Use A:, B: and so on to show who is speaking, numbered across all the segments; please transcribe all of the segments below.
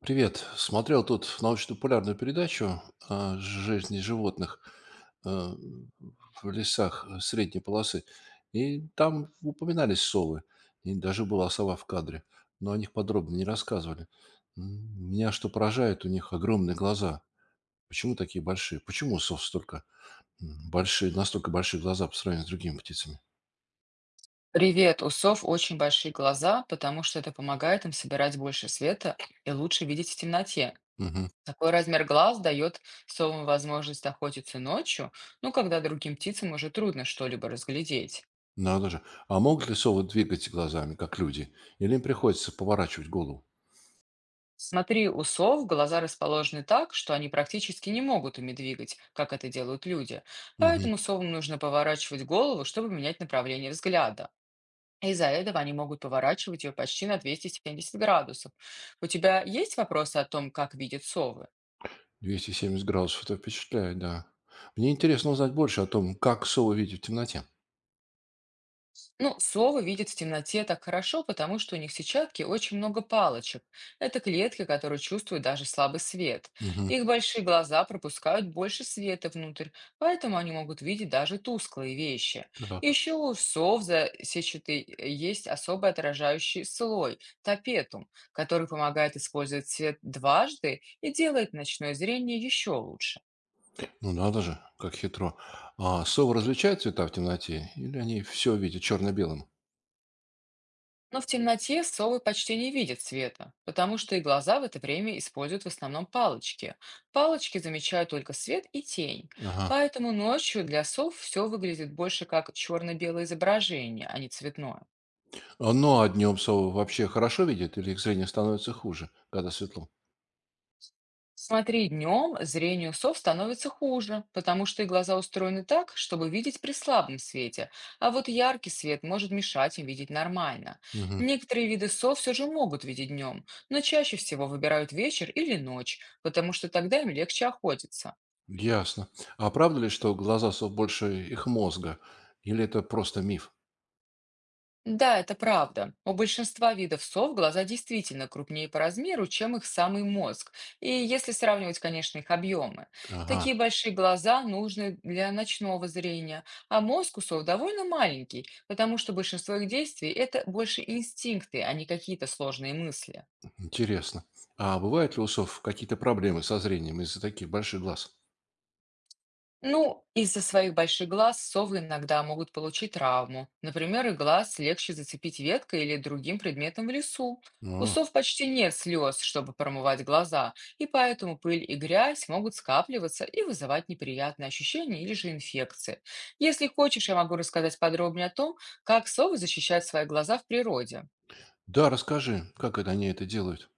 A: Привет. Смотрел тут научно-популярную передачу о жизни животных э, в лесах средней полосы. И там упоминались совы. И даже была сова в кадре. Но о них подробно не рассказывали. Меня что поражает, у них огромные глаза. Почему такие большие? Почему у сов настолько большие глаза по сравнению с другими птицами?
B: Привет, у сов очень большие глаза, потому что это помогает им собирать больше света и лучше видеть в темноте.
A: Мгм.
B: Такой размер глаз дает совам возможность охотиться ночью, ну, когда другим птицам уже трудно что-либо разглядеть.
A: Надо же. А могут ли совы двигать глазами, как люди? Или им приходится поворачивать голову?
B: Смотри, у сов глаза расположены так, что они практически не могут ими двигать, как это делают люди. Поэтому совам нужно поворачивать голову, чтобы менять направление взгляда. Из-за этого они могут поворачивать ее почти на 270 градусов. У тебя есть вопросы о том, как видят совы?
A: 270 градусов. Это впечатляет, да. Мне интересно узнать больше о том, как совы видят в темноте.
B: Ну, совы видят в темноте так хорошо, потому что у них в сетчатке очень много палочек. Это клетки, которые чувствуют даже слабый свет.
A: Мгм.
B: Их большие глаза пропускают больше света внутрь, поэтому они могут видеть даже тусклые вещи.
A: Так.
B: Еще у сов за сетчатой есть особый отражающий слой– тапетум, который помогает использовать свет дважды и делает ночное зрение еще лучше.
A: Ну надо же, как хитро. А совы различают цвета в темноте, или они все видят черно-белым?
B: Но в темноте совы почти не видят света, потому что и глаза в это время используют в основном палочки. Палочки замечают только свет и тень.
A: Ага.
B: Поэтому ночью для сов все выглядит больше как черно-белое изображение, а не цветное.
A: А, ну, а днем совы вообще хорошо видят, или их зрение становится хуже, когда светло?
B: Смотри, днем зрению сов становится хуже, потому что их глаза устроены так, чтобы видеть при слабом свете, а вот яркий свет может мешать им видеть нормально.
A: Мгм.
B: Некоторые виды сов все же могут видеть днем, но чаще всего выбирают вечер или ночь, потому что тогда им легче охотиться.
A: Ясно. А правда ли, что глаза сов больше их мозга? Или это просто миф?
B: Да, это правда. У большинства видов сов глаза действительно крупнее по размеру, чем их самый мозг. И если сравнивать, конечно, их объемы.
A: Ага,
B: Такие большие глаза нужны для ночного зрения, а мозг у сов довольно маленький, потому что большинство их действий– это больше инстинкты, а не какие-то сложные мысли.
A: интересно. А бывают ли у сов какие-то проблемы со зрением из-за таких больших глаз?
B: Ну, из-за своих больших глаз совы иногда могут получить травму. Например, их глаз легче зацепить веткой или другим предметом в лесу. У сов почти нет слез, чтобы промывать глаза, и поэтому пыль и грязь могут скапливаться и вызывать неприятные ощущения или же инфекции. Если хочешь, я могу рассказать подробнее о том, как совы защищают свои глаза в природе.
A: Да, расскажи, как это они это делают?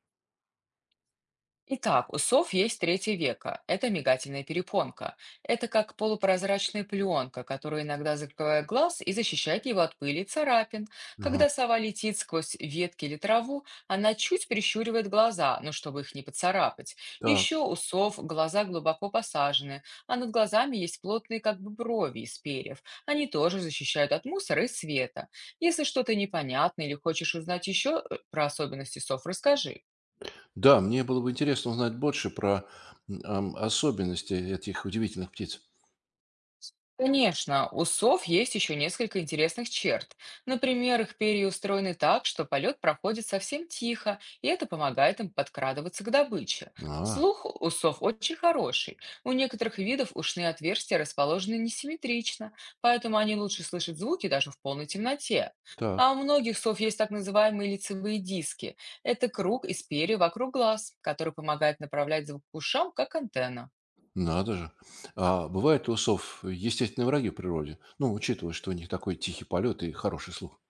B: Итак, у сов есть третье веко. Это мигательная перепонка. Это как полупрозрачная пленка, которая иногда закрывает глаз и защищает его от пыли и царапин.
A: Ага.
B: Когда сова летит сквозь ветки или траву, она чуть прищуривает глаза, но чтобы их не поцарапать.
A: Так.
B: Еще у сов глаза глубоко посажены, а над глазами есть плотные как бы брови из перьев. Они тоже защищают от мусора и света. Если что-то непонятно или хочешь узнать еще про особенности сов, расскажи.
A: Да, мне было бы интересно узнать больше про особенности этих удивительных птиц.
B: Конечно, у сов есть еще несколько интересных черт. Например, их перья устроены так, что полет проходит совсем тихо, и это помогает им подкрадываться к добыче.
A: А,
B: Слух у сов очень хороший. У некоторых видов ушные отверстия расположены несимметрично, поэтому они лучше слышат звуки даже в полной темноте.
A: так,
B: А у многих сов есть так называемые лицевые диски. Это круг из перьев вокруг глаз, который помогает направлять звук к ушам, как антенна.
A: надо же. А бывают у усов естественные враги в природе? Ну, учитывая, что у них такой тихий полет и хороший слух.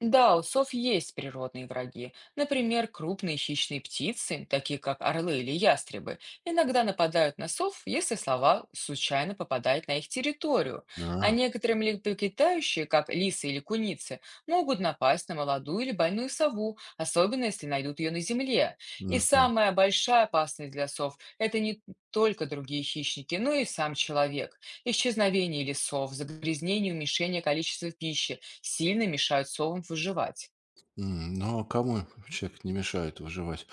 B: Да, у сов есть природные враги. Например, крупные хищные птицы, такие как орлы или ястребы, иногда нападают на сов, если слова случайно попадают на их территорию. А
A: А,
B: некоторые млекопитающие, как лисы или куницы, могут напасть на молодую или больную сову, особенно если найдут ее на земле. И
A: мгм.
B: самая большая опасность для сов– это не только другие хищники, но и сам человек. Исчезновение лесов, загрязнение и уменьшение количества пищи, сильно мешают совам выживать.
A: Ну, а кому человек не мешает выживать?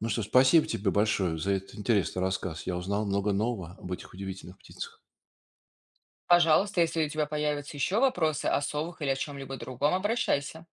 A: Ну что, спасибо тебе большое за этот интересный рассказ. Я узнал много нового об этих удивительных птицах.
B: Пожалуйста, если у тебя появятся еще вопросы о совах или о чем-либо другом, обращайся.